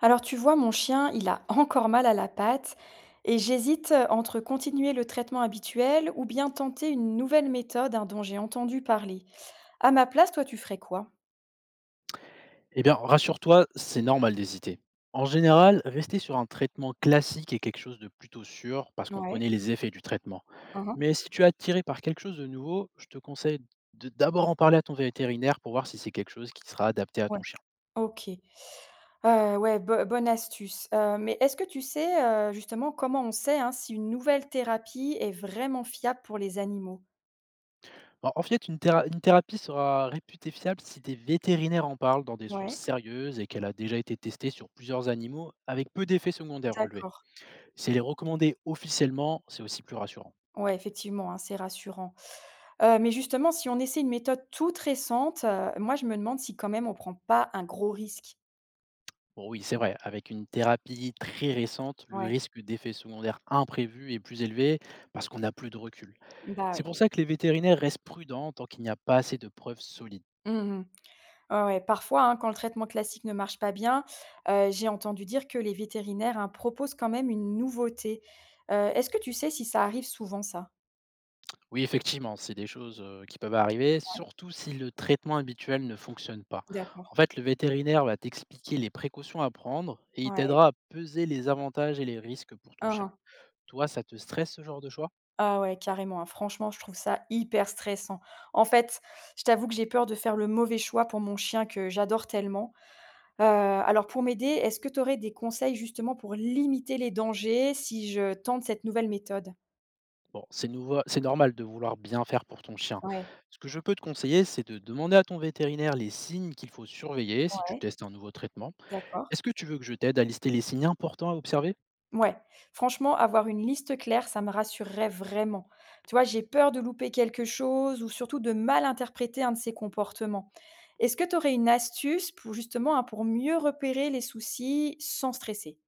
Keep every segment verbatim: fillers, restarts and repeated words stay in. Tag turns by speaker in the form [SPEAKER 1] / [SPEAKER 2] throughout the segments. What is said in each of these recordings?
[SPEAKER 1] Alors tu vois, mon chien, il a encore mal à la patte et j'hésite euh, entre continuer le traitement habituel ou bien tenter une nouvelle méthode, hein, dont j'ai entendu parler. À ma place, toi, tu ferais quoi?
[SPEAKER 2] Eh bien, rassure-toi, c'est normal d'hésiter. En général, rester sur un traitement classique est quelque chose de plutôt sûr parce qu'on
[SPEAKER 1] Ouais.
[SPEAKER 2] connaît les effets du traitement.
[SPEAKER 1] Uhum.
[SPEAKER 2] Mais si tu es attiré par quelque chose de nouveau, je te conseille de d'abord en parler à ton vétérinaire pour voir si c'est quelque chose qui sera adapté à
[SPEAKER 1] Ouais.
[SPEAKER 2] ton chien.
[SPEAKER 1] Ok. Euh, ouais, bo- bonne astuce. Euh, mais est-ce que tu sais, euh, justement comment on sait, hein, si une nouvelle thérapie est vraiment fiable pour les animaux?
[SPEAKER 2] En en fait, une, théra- une thérapie sera réputée fiable si des vétérinaires en parlent dans des sources
[SPEAKER 1] Ouais.
[SPEAKER 2] sérieuses et qu'elle a déjà été testée sur plusieurs animaux avec peu d'effets secondaires relevés.
[SPEAKER 1] D'accord.
[SPEAKER 2] Si elle est recommandée officiellement, c'est aussi plus rassurant.
[SPEAKER 1] Ouais, effectivement, hein, c'est rassurant. Heu, mais justement, si on essaie une méthode toute récente, heu, moi, je me demande si quand même on prend pas un gros risque.
[SPEAKER 2] Bon, oui, c'est vrai, avec une thérapie très récente, le
[SPEAKER 1] Ouais,
[SPEAKER 2] risque d'effets secondaires imprévus est plus élevé parce qu'on n'a plus de recul.
[SPEAKER 1] bah,
[SPEAKER 2] C'est
[SPEAKER 1] ouais.
[SPEAKER 2] pour ça que les vétérinaires restent prudents tant qu'il n'y a pas assez de preuves solides.
[SPEAKER 1] Mmh. Ouais, ouais. Parfois, hein, quand le traitement classique ne marche pas bien, heu, j'ai entendu dire que les vétérinaires, hein, proposent quand même une nouveauté. Heu, est-ce que tu sais si ça arrive souvent ça?
[SPEAKER 2] Oui, effectivement, c'est des choses euh, qui peuvent arriver, surtout si le traitement habituel ne fonctionne pas.
[SPEAKER 1] D'accord.
[SPEAKER 2] En fait, le vétérinaire va t'expliquer les précautions à prendre et il
[SPEAKER 1] Ouais.
[SPEAKER 2] t'aidera à peser les avantages et les risques pour ton
[SPEAKER 1] Hein,
[SPEAKER 2] chien.
[SPEAKER 1] hein.
[SPEAKER 2] Toi, ça te stresse ce genre de choix.
[SPEAKER 1] Ah ouais, carrément, hein. Franchement, je trouve ça hyper stressant. En fait, je t'avoue que j'ai peur de faire le mauvais choix pour mon chien que j'adore tellement. Heu, alors pour m'aider, est-ce que tu aurais des conseils justement pour limiter les dangers si je tente cette nouvelle méthode?
[SPEAKER 2] Bon, c'est nouveau, c'est normal de vouloir bien faire pour ton chien.
[SPEAKER 1] Ouais,
[SPEAKER 2] Ce que je peux te conseiller, c'est de demander à ton vétérinaire les signes qu'il faut surveiller si tu
[SPEAKER 1] ouais,
[SPEAKER 2] testes un nouveau traitement.
[SPEAKER 1] d'accord.
[SPEAKER 2] Est-ce que tu veux que je t'aide à lister les signes importants à observer?
[SPEAKER 1] Ouais. Franchement, avoir une liste claire, ça me rassurerait vraiment. Tu vois, j'ai peur de louper quelque chose ou surtout de mal interpréter un de ces comportements. Est-ce que tu aurais une astuce pour justement, hein, pour mieux repérer les soucis sans stresser?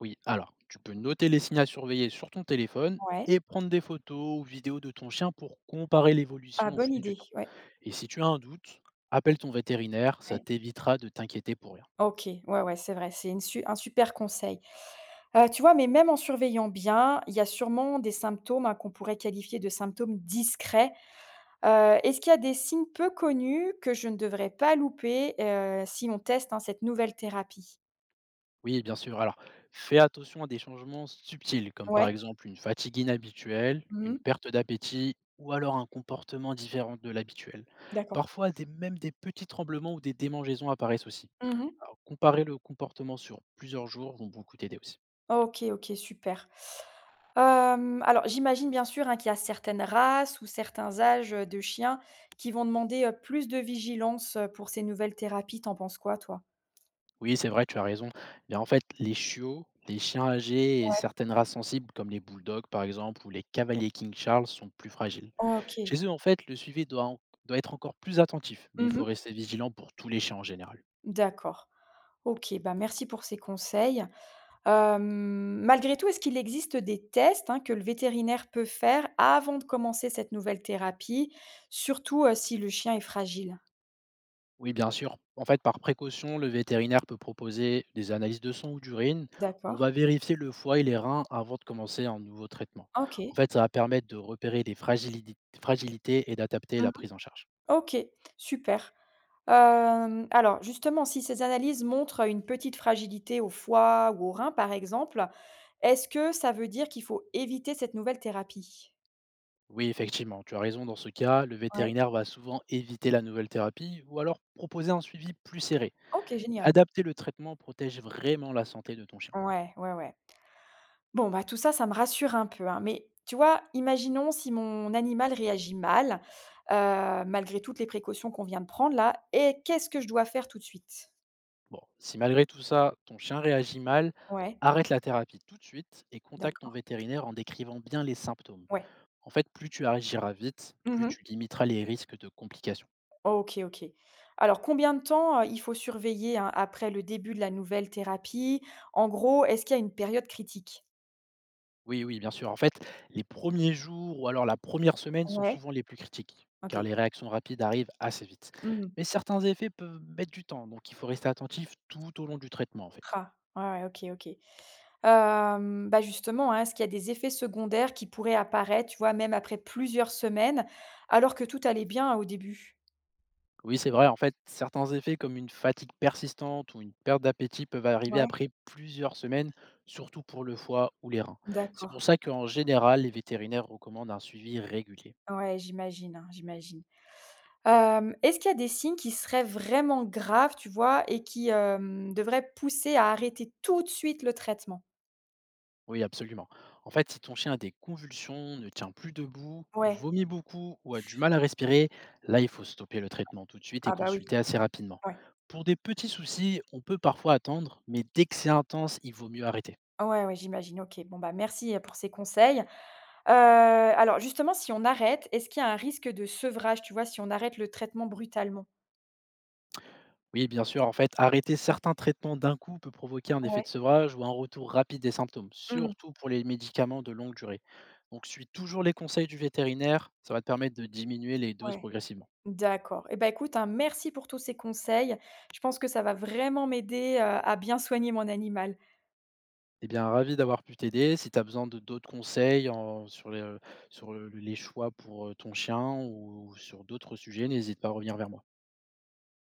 [SPEAKER 2] Oui, alors, tu peux noter les signes à surveiller sur ton téléphone
[SPEAKER 1] Ouais.
[SPEAKER 2] et prendre des photos ou vidéos de ton chien pour comparer
[SPEAKER 1] Ah
[SPEAKER 2] l'évolution au
[SPEAKER 1] bonne
[SPEAKER 2] fil du
[SPEAKER 1] idée,
[SPEAKER 2] temps.
[SPEAKER 1] ouais,
[SPEAKER 2] Et si tu as un doute, appelle ton vétérinaire, ça
[SPEAKER 1] ouais.
[SPEAKER 2] t'évitera de t'inquiéter pour rien.
[SPEAKER 1] OK, ouais, ouais, c'est vrai, c'est une su un super conseil. Heu, tu vois? Mais même en surveillant bien, il y a sûrement des symptômes, hein, qu'on pourrait qualifier de symptômes discrets. Heu, est-ce qu'il y a des signes peu connus que je ne devrais pas louper, heu, si on teste, hein, cette nouvelle thérapie?
[SPEAKER 2] Oui, bien sûr. Alors, fais attention à des changements subtils, comme par
[SPEAKER 1] Ouais.
[SPEAKER 2] exemple une fatigue inhabituelle, une
[SPEAKER 1] Mmh.
[SPEAKER 2] perte d'appétit ou alors un comportement différent de l'habituel.
[SPEAKER 1] D'accord.
[SPEAKER 2] Parfois, des- même des petits tremblements ou des démangeaisons apparaissent aussi.
[SPEAKER 1] Mmh.
[SPEAKER 2] Alors, comparer le comportement sur plusieurs jours vont beaucoup t'aider aussi.
[SPEAKER 1] OK, OK, super. Hem, alors j'imagine bien sûr, hein, qu'il y a certaines races ou certains âges, heu, de chiens qui vont demander, heu, plus de vigilance, heu, pour ces nouvelles thérapies. Tu en penses quoi toi?
[SPEAKER 2] Oui, c'est vrai, tu as raison. Eh bien en fait, les chiots, les chiens âgés et
[SPEAKER 1] Ouais.
[SPEAKER 2] certaines races sensibles, comme les bulldogs par exemple ou les cavaliers King Charles, sont plus fragiles.
[SPEAKER 1] OK.
[SPEAKER 2] Chez eux, en fait, le suivi doit, en- doit être encore plus attentif, mais il faut
[SPEAKER 1] Mmh.
[SPEAKER 2] rester vigilant pour tous les chiens en général.
[SPEAKER 1] D'accord. OK, bah, merci pour ces conseils. Hem, malgré tout, est-ce qu'il existe des tests, hein, que le vétérinaire peut faire avant de commencer cette nouvelle thérapie? Surtout, heu, si le chien est fragile?
[SPEAKER 2] Oui, bien sûr. En fait, par précaution, le vétérinaire peut proposer des analyses de sang ou d'urine. On
[SPEAKER 1] D'accord.
[SPEAKER 2] va vérifier le foie et les reins avant de commencer un nouveau traitement. En
[SPEAKER 1] OK.
[SPEAKER 2] fait, ça va permettre de repérer les fragilidi- fragilités et d'adapter
[SPEAKER 1] Mmh.
[SPEAKER 2] la prise en charge.
[SPEAKER 1] OK, super. Hem, alors justement, si ces analyses montrent une petite fragilité au foie ou au rein, par exemple, est-ce que ça veut dire qu'il faut éviter cette nouvelle thérapie?
[SPEAKER 2] Oui, effectivement, tu as raison. Dans ce cas, le
[SPEAKER 1] Ouais.
[SPEAKER 2] vétérinaire va souvent éviter la nouvelle thérapie ou alors proposer un suivi plus serré.
[SPEAKER 1] OK, génial.
[SPEAKER 2] Adapter le traitement protège vraiment la santé de ton chien.
[SPEAKER 1] Ouais, ouais, ouais. Bon, bah, tout ça, ça me rassure un peu, hein, mais tu vois, imaginons si mon animal réagit mal, heu, malgré toutes les précautions qu'on vient de prendre là et qu'est-ce que je dois faire tout de suite?
[SPEAKER 2] Bon, si malgré tout ça, ton chien réagit mal,
[SPEAKER 1] Ouais,
[SPEAKER 2] arrête la thérapie tout de suite et contacte ton
[SPEAKER 1] d'accord.
[SPEAKER 2] vétérinaire en décrivant bien les symptômes.
[SPEAKER 1] Ouais.
[SPEAKER 2] En fait, plus tu agiras vite, plus
[SPEAKER 1] Mmh.
[SPEAKER 2] tu limiteras les risques de complications.
[SPEAKER 1] OK, OK. Alors combien de temps, heu, il faut surveiller, hein, après le début de la nouvelle thérapie? En gros, est-ce qu'il y a une période critique?
[SPEAKER 2] Oui, oui, bien sûr. En fait, les premiers jours ou alors la première semaine sont
[SPEAKER 1] Ouais,
[SPEAKER 2] souvent les plus critiques, car
[SPEAKER 1] OK.
[SPEAKER 2] les réactions rapides arrivent assez vite.
[SPEAKER 1] Mmh.
[SPEAKER 2] Mais certains effets peuvent mettre du temps, donc il faut rester attentif tout au long du traitement, en fait.
[SPEAKER 1] Ah, ouais, ouais, OK, OK. Hem, bah, justement, hein, est-ce qu'il y a des effets secondaires qui pourraient apparaître, tu vois, même après plusieurs semaines, alors que tout allait bien au début?
[SPEAKER 2] Oui, c'est vrai, en fait, certains effets comme une fatigue persistante ou une perte d'appétit peuvent arriver
[SPEAKER 1] Ouais,
[SPEAKER 2] après plusieurs semaines, surtout pour le foie ou les reins. C'est
[SPEAKER 1] d'accord.
[SPEAKER 2] pour ça qu'en général, les vétérinaires recommandent un suivi régulier.
[SPEAKER 1] Ouais, j'imagine, hein, j'imagine. Hem, est-ce qu'il y a des signes qui seraient vraiment graves, tu vois, et qui, hem, devraient pousser à arrêter tout de suite le traitement?
[SPEAKER 2] Oui, absolument. En fait, si ton chien a des convulsions, ne tient plus debout,
[SPEAKER 1] Ouais.
[SPEAKER 2] vomit beaucoup ou a du mal à respirer, là, il faut stopper le traitement tout de suite et
[SPEAKER 1] Ah bah, oui.
[SPEAKER 2] consulter assez rapidement.
[SPEAKER 1] Ouais.
[SPEAKER 2] Pour des petits soucis, on peut parfois attendre, mais dès que c'est intense, il vaut mieux arrêter.
[SPEAKER 1] Ouais, ouais, j'imagine. OK. Bon, bah, merci, heu, pour ces conseils. Heu, alors justement, si on arrête, est-ce qu'il y a un risque de sevrage, tu vois, si on arrête le traitement brutalement?
[SPEAKER 2] Oui, bien sûr, en fait, arrêter certains traitements d'un coup peut provoquer un effet
[SPEAKER 1] Ouais.
[SPEAKER 2] de sevrage ou un retour rapide des symptômes,
[SPEAKER 1] Mmh.
[SPEAKER 2] surtout pour les médicaments de longue durée. Donc, suis toujours les conseils du vétérinaire, ça va te permettre de diminuer les doses
[SPEAKER 1] Ouais.
[SPEAKER 2] progressivement.
[SPEAKER 1] D'accord. Et ben écoute, un merci pour tous ces conseils. Je pense que ça va vraiment m'aider, heu, à bien soigner mon animal.
[SPEAKER 2] Eh bien, ravi d'avoir pu t'aider. Si tu as besoin de d'autres conseils en sur les, euh, sur le les choix pour, heu, ton chien ou sur d'autres sujets, n'hésite pas à revenir vers moi.